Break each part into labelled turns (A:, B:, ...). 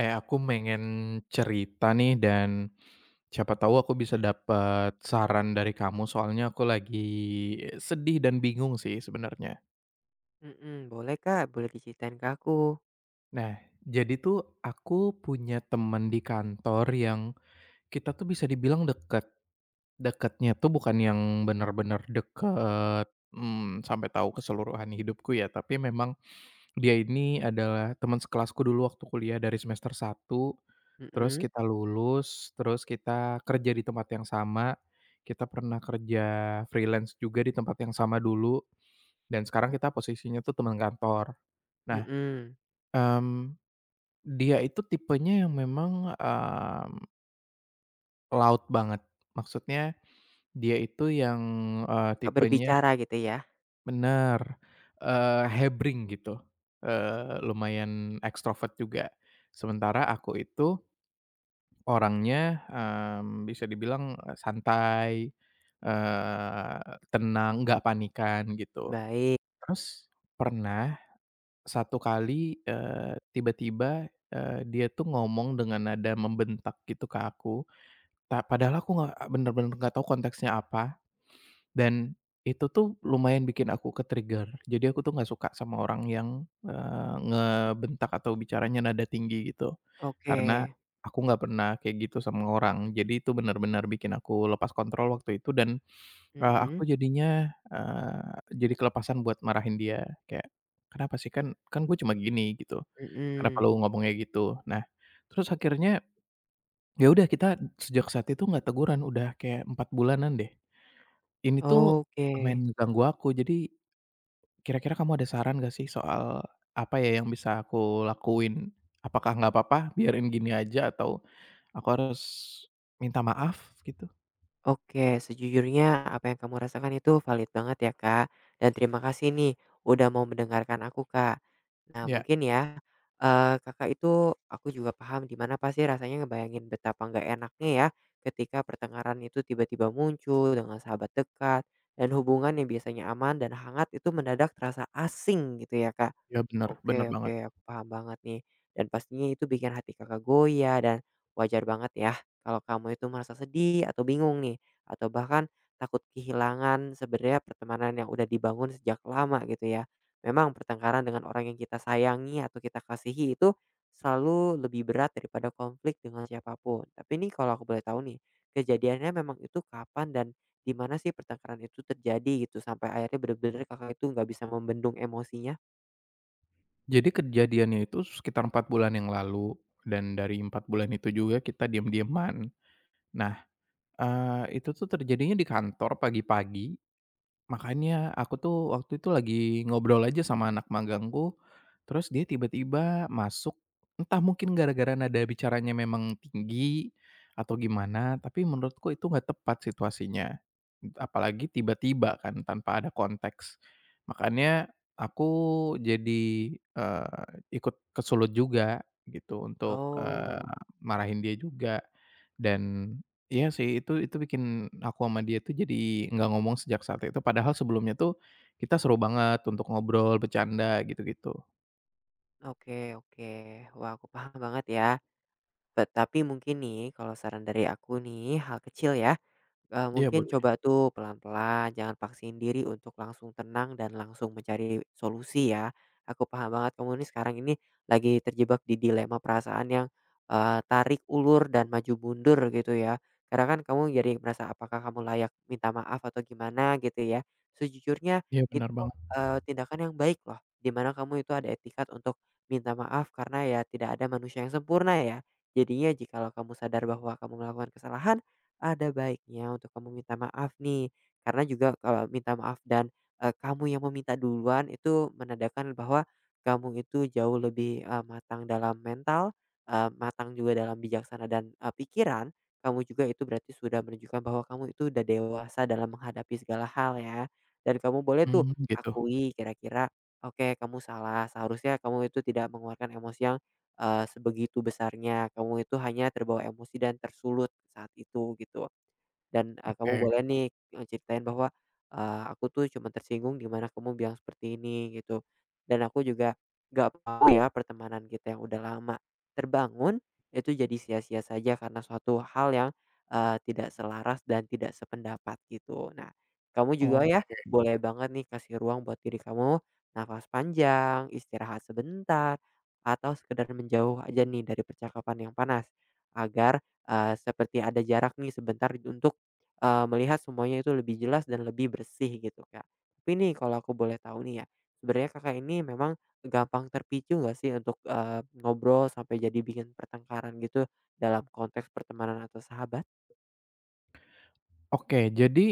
A: Eh, aku pengen cerita nih dan siapa tahu aku bisa dapat saran dari kamu soalnya aku lagi sedih dan bingung sih sebenarnya.
B: Mhm, boleh Kak, boleh diceritain ke aku.
A: Nah, jadi tuh aku punya teman di kantor yang kita tuh bisa dibilang deket. Deketnya tuh bukan yang benar-benar deket, sampai tahu keseluruhan hidupku ya, tapi memang dia ini adalah teman sekelasku dulu waktu kuliah dari semester satu. Terus
B: Mhm,
A: kita lulus, terus kita kerja di tempat yang sama, kita pernah kerja freelance juga di tempat yang sama dulu, dan sekarang kita posisinya tuh teman kantor. Nah,
B: mhm,
A: mmm, dia itu tipenya yang memang, loud banget. Maksudnya dia itu yang,
B: suka
A: tipenya.
B: berbicara gitu ya?
A: Bener, hebring gitu, lumayan ekstrovert juga. Sementara aku itu orangnya, bisa dibilang, santai, eee, tenang, nggak panikan gitu.
B: Baik,
A: Terus pernah satu kali, tiba-tiba, dia tuh ngomong dengan nada membentak gitu ke aku, padahal aku nggak bener-bener nggak tahu konteksnya apa. Dan itu tuh lumayan bikin aku ke-trigger. Jadi aku tuh nggak suka sama orang yang, ngebentak atau bicaranya nada tinggi gitu.
B: oke.
A: Karena aku nggak pernah kayak gitu sama orang. Jadi itu benar-benar bikin aku lepas kontrol waktu itu dan, aku
B: Mhm,
A: jadinya, jadi kelepasan buat marahin dia. Kayak, "Kenapa sih? Kan kan gue cuma gini," gitu. "Kenapa lu
B: mhm,
A: ngomong kayak gitu?" Nah, terus akhirnya ya udah kita sejak saat itu nggak teguran, udah kayak 4 bulanan deh. Ini tuh lumayan
B: oke.
A: ngeganggu aku. Jadi kira-kira kamu ada saran gak sih soal apa ya yang bisa aku lakuin? Apakah nggak apa-apa biarin gini aja atau aku harus minta maaf gitu?
B: Oke, sejujurnya apa yang kamu rasakan itu valid banget ya, Kak. Dan terima kasih nih udah mau mendengarkan aku, Kak. Nah,
A: Ya,
B: mungkin ya, Kakak itu aku juga paham di mana pasti rasanya ngebayangin betapa nggak enaknya ya ketika pertengkaran itu tiba-tiba muncul dengan sahabat dekat dan hubungan yang biasanya aman dan hangat itu mendadak terasa asing gitu ya, Kak.
A: ya, bener bener
B: Oke
A: banget.
B: oke, aku paham banget nih, dan pastinya itu bikin hati Kakak goyah dan wajar banget ya kalau kamu itu merasa sedih atau bingung nih, atau bahkan takut kehilangan sebenarnya pertemanan yang udah dibangun sejak lama gitu ya. Memang pertengkaran dengan orang yang kita sayangi atau kita kasihi itu selalu lebih berat daripada konflik dengan siapapun. Tapi ini kalau aku boleh tahu nih, kejadiannya memang itu kapan dan di mana sih pertengkaran itu terjadi gitu sampai akhirnya bener-bener Kakak itu nggak bisa membendung emosinya?
A: Jadi kejadiannya itu sekitar 4 bulan yang lalu dan dari 4 bulan itu juga kita diam-diaman. Nah, itu tuh terjadinya di kantor pagi-pagi. Makanya aku tuh waktu itu lagi ngobrol aja sama anak magangku, terus dia tiba-tiba masuk, entah mungkin gara-gara nada bicaranya memang tinggi atau gimana, tapi menurutku itu nggak tepat situasinya. Apalagi tiba-tiba kan tanpa ada konteks. Makanya aku jadi, ikut kesulut juga gitu untuk,
B: Oh,
A: marahin dia juga dan iya sih, itu bikin aku sama dia tuh jadi nggak ngomong sejak saat itu, padahal sebelumnya tuh kita seru banget untuk ngobrol, bercanda, gitu-gitu.
B: oke oke. Wah, aku paham banget ya. Tetapi mungkin nih, kalau saran dari aku nih, hal kecil ya,
A: Iya
B: mungkin
A: boleh,
B: coba tuh pelan-pelan, jangan paksain diri untuk langsung tenang dan langsung mencari solusi ya. Aku paham banget kamu ini sekarang ini lagi terjebak di dilema perasaan yang, tarik ulur dan maju mundur gitu ya. Karena kan kamu jadi merasa apakah kamu layak minta maaf atau gimana gitu ya. Sejujurnya
A: iya
B: itu,
A: benar banget,
B: tindakan yang baik loh, dimana kamu itu ada etikat untuk minta maaf karena ya tidak ada manusia yang sempurna ya. Jadinya jikalau kamu sadar bahwa kamu melakukan kesalahan, ada baiknya untuk kamu minta maaf nih. Karena juga kalau minta maaf dan, kamu yang meminta duluan itu menandakan bahwa kamu itu jauh lebih, matang dalam mental, matang juga dalam bijaksana dan, pikiran. Kamu juga itu berarti sudah menunjukkan bahwa kamu itu udah dewasa dalam menghadapi segala hal ya. Dan kamu boleh tuh
A: mmm, gitu.
B: akui kira-kira, oke kamu salah, seharusnya kamu itu tidak mengeluarkan emosi yang sebegitu besarnya, kamu itu hanya terbawa emosi dan tersulut saat itu gitu. Dan, kamu
A: Oke
B: boleh nih, ceritain bahwa, "Aku tuh cuma tersinggung di mana kamu bilang seperti ini," gitu. "Dan aku juga nggak mau ya pertemanan kita yang udah lama terbangun, itu jadi sia-sia saja karena suatu hal yang, tidak selaras dan tidak sependapat," gitu. Nah, kamu juga ya
A: oke
B: boleh banget nih kasih ruang buat diri kamu, nafas panjang, istirahat sebentar, atau sekedar menjauh aja nih dari percakapan yang panas, agar, seperti ada jarak nih sebentar untuk melihat semuanya itu lebih jelas dan lebih bersih gitu, Kak. Tapi nih kalau aku boleh tahu nih ya, sebenarnya Kakak ini memang gampang terpicu nggak sih untuk, ngobrol sampai jadi bikin pertengkaran gitu dalam konteks pertemanan atau sahabat?
A: oke, jadi,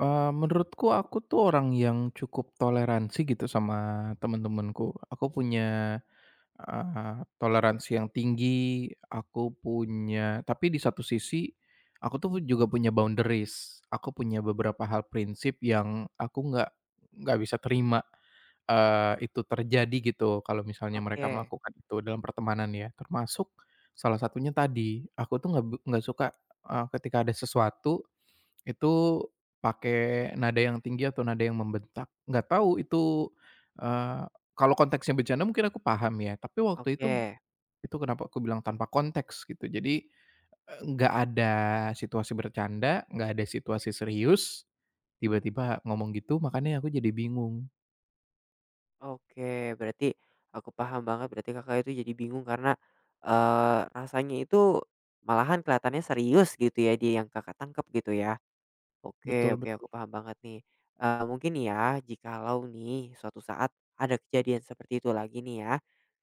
A: menurutku aku tuh orang yang cukup toleransi gitu sama temen-temenku. Aku punya toleransi yang tinggi, aku punya tapi di satu sisi, aku tuh juga punya boundaries. Aku punya beberapa hal prinsip yang aku nggak bisa terima, itu terjadi gitu kalau misalnya mereka
B: Oke
A: melakukan itu dalam pertemanan ya, termasuk salah satunya tadi, aku tuh nggak suka, ketika ada sesuatu itu pakai nada yang tinggi atau nada yang membentak. Nggak tahu itu, eee, kalau konteksnya bercanda mungkin aku paham ya, tapi waktu itu
B: oke
A: itu kenapa aku bilang tanpa konteks gitu. Jadi, nggak ada situasi bercanda, nggak ada situasi serius, tiba-tiba ngomong gitu makanya aku jadi bingung.
B: oke, berarti aku paham banget, berarti Kakak itu jadi bingung karena, rasanya itu malahan kelihatannya serius gitu ya, dia yang Kakak tangkep gitu ya? Oke
A: Betul
B: oke,
A: betul.
B: aku paham banget nih. Mungkin nih ya, jikalau nih suatu saat ada kejadian seperti itu lagi nih ya,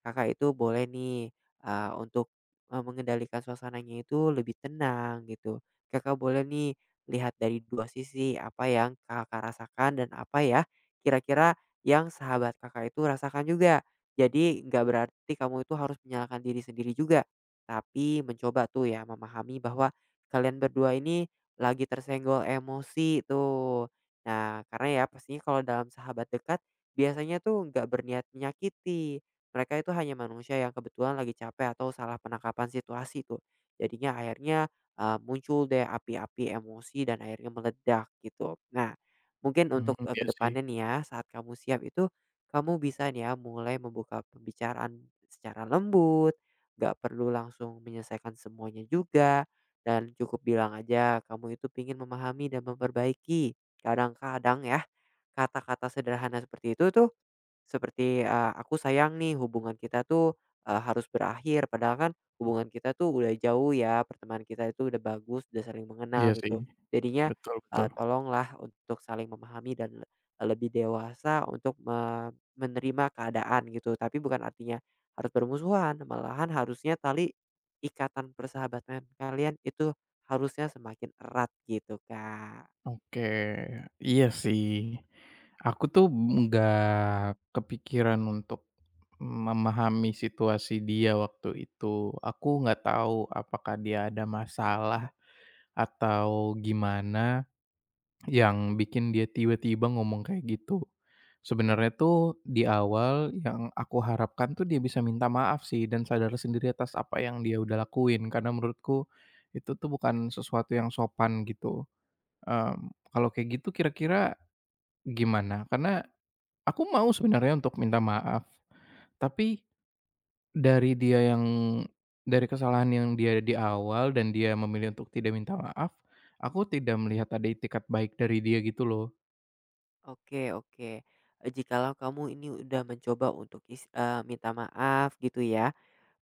B: Kakak itu boleh nih, untuk, mengendalikan suasananya itu lebih tenang gitu. Kakak boleh nih lihat dari 2 sisi, apa yang Kakak rasakan dan apa ya kira-kira yang sahabat Kakak itu rasakan juga. Jadi nggak berarti kamu itu harus menyalahkan diri sendiri juga, tapi mencoba tuh ya memahami bahwa kalian berdua ini lagi tersenggol emosi tuh. Nah, karena ya pastinya kalau dalam sahabat dekat biasanya tuh nggak berniat menyakiti. Mereka itu hanya manusia yang kebetulan lagi capek atau salah penangkapan situasi tuh. Jadinya akhirnya eh, muncul deh api-api emosi dan akhirnya meledak gitu. Nah, mungkin
A: Mhm,
B: untuk eh,
A: iya sih,
B: kedepannya nih ya saat kamu siap itu kamu bisa nih ya mulai membuka pembicaraan secara lembut, nggak perlu langsung menyelesaikan semuanya juga, dan cukup bilang aja kamu itu pingin memahami dan memperbaiki. Kadang-kadang ya, kata-kata sederhana seperti itu tuh seperti, aku sayang nih hubungan kita tuh, harus berakhir padahal kan hubungan kita tuh udah jauh ya, pertemanan kita itu udah bagus, udah saling
A: iya
B: mengenal
A: sih.
B: gitu. Jadinya,
A: Betul betul.
B: tolonglah untuk saling memahami dan lebih dewasa untuk menerima keadaan gitu. Tapi bukan artinya harus bermusuhan, malahan harusnya tali ikatan persahabatan kalian itu harusnya semakin erat gitu, Kak.
A: Oke, iya sih. Aku tuh nggak kepikiran untuk memahami situasi dia waktu itu. Aku nggak tahu apakah dia ada masalah atau gimana yang bikin dia tiba-tiba ngomong kayak gitu. Sebenarnya tuh di awal yang aku harapkan tuh dia bisa minta maaf sih dan sadar sendiri atas apa yang dia udah lakuin karena menurutku itu tuh bukan sesuatu yang sopan gitu. Kalau kayak gitu kira-kira gimana? Karena aku mau sebenarnya untuk minta maaf, tapi dari dia yang dari kesalahan yang dia di awal dan dia memilih untuk tidak minta maaf, aku tidak melihat ada itikad baik dari dia gitu loh.
B: Oke oke, jikalau kamu ini udah mencoba untuk minta maaf gitu ya,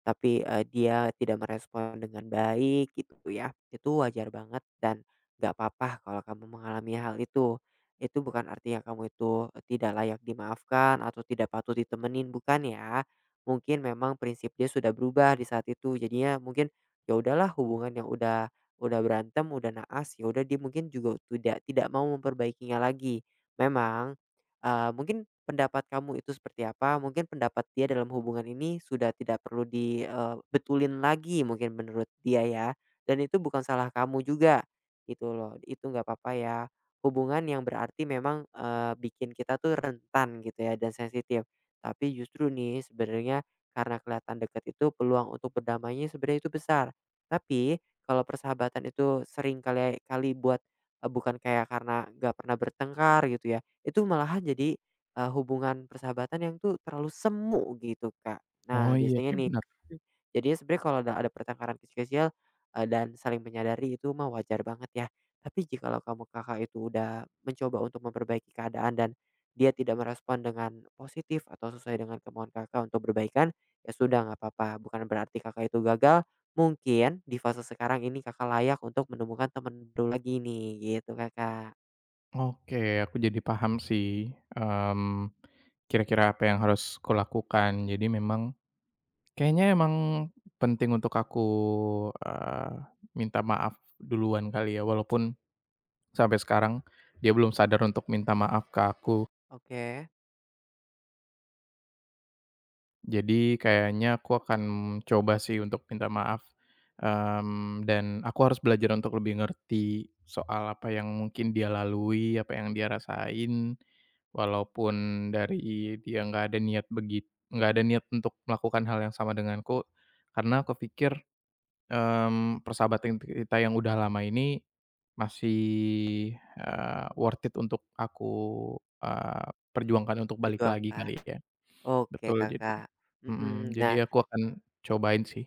B: tapi, dia tidak merespon dengan baik gitu ya, itu wajar banget dan nggak apa-apa kalau kamu mengalami hal itu. Itu bukan artinya kamu itu tidak layak dimaafkan atau tidak patut ditemenin, bukan ya. Mungkin memang prinsip dia sudah berubah di saat itu, jadinya mungkin ya udahlah hubungan yang udah berantem, udah naas, ya udah dia mungkin juga tidak tidak mau memperbaikinya lagi. Memang mungkin pendapat kamu itu seperti apa? Mungkin pendapat dia dalam hubungan ini sudah tidak perlu dibetulin lagi mungkin menurut dia ya, dan itu bukan salah kamu juga, gitu loh. Itu nggak apa-apa ya, hubungan yang berarti memang, bikin kita tuh rentan gitu ya dan sensitif. Tapi justru nih sebenarnya karena kelihatan dekat itu peluang untuk berdamainya sebenarnya itu besar. Tapi kalau persahabatan itu sering kali kali buat, bukan kayak karena nggak pernah bertengkar gitu ya itu malahan jadi, hubungan persahabatan yang tuh terlalu semu gitu, Kak.
A: Oh,
B: Nah,
A: iya
B: biasanya
A: sih,
B: nih
A: benar.
B: mhm, jadinya sebenarnya kalau ada pertengkaran kecil-kecil, dan saling menyadari itu mah wajar banget ya. Tapi jikalau kamu Kakak itu udah mencoba untuk memperbaiki keadaan dan dia tidak merespon dengan positif atau sesuai dengan kemauan Kakak untuk perbaikan, ya sudah nggak apa-apa, bukan berarti Kakak itu gagal, mungkin di fase sekarang ini Kakak layak untuk menemukan teman baru lagi nih, gitu, Kakak.
A: Oke, aku jadi paham sih, kira-kira apa yang harus kulakukan. Jadi memang kayaknya emang penting untuk aku, eee, minta maaf duluan kali ya, walaupun sampai sekarang dia belum sadar untuk minta maaf ke aku.
B: Oke.
A: Jadi kayaknya aku akan coba sih untuk minta maaf, dan aku harus belajar untuk lebih ngerti soal apa yang mungkin dia lalui, apa yang dia rasain. Walaupun dari dia nggak ada niat untuk melakukan hal yang sama denganku, karena aku pikir persahabatan kita yang udah lama ini masih, worth it untuk aku, eee, perjuangkan untuk balik lagi kali
B: Perjuangkan.
A: ya.
B: Oke
A: Betul, jadi
B: Kakak,
A: mhm,
B: mhm.
A: jadi
B: Nah,
A: aku akan cobain sih,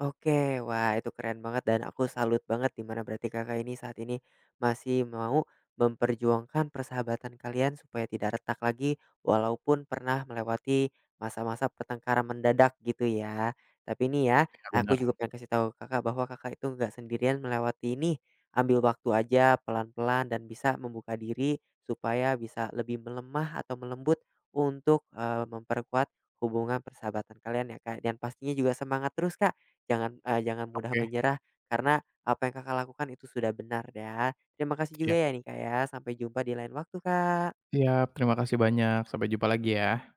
B: oke, wah itu keren banget dan aku salut banget di mana berarti Kakak ini saat ini masih mau memperjuangkan persahabatan kalian supaya tidak retak lagi walaupun pernah melewati masa-masa pertengkaran mendadak gitu ya. Tapi ini ya,
A: ya
B: aku
A: bener.
B: juga pengen kasih tahu Kakak bahwa Kakak itu nggak sendirian melewati ini. Ambil waktu aja pelan-pelan dan bisa membuka diri supaya bisa lebih melemah atau melembut untuk eh, memperkuat hubungan persahabatan kalian ya Kak. Dan pastinya juga semangat terus Kak Jangan, jangan mudah
A: Oke,
B: menyerah karena apa yang Kakak lakukan itu sudah benar ya. Terima kasih juga
A: siap
B: ya nih Kak ya, sampai jumpa di lain waktu Kak.
A: siap, terima kasih banyak, sampai jumpa lagi ya.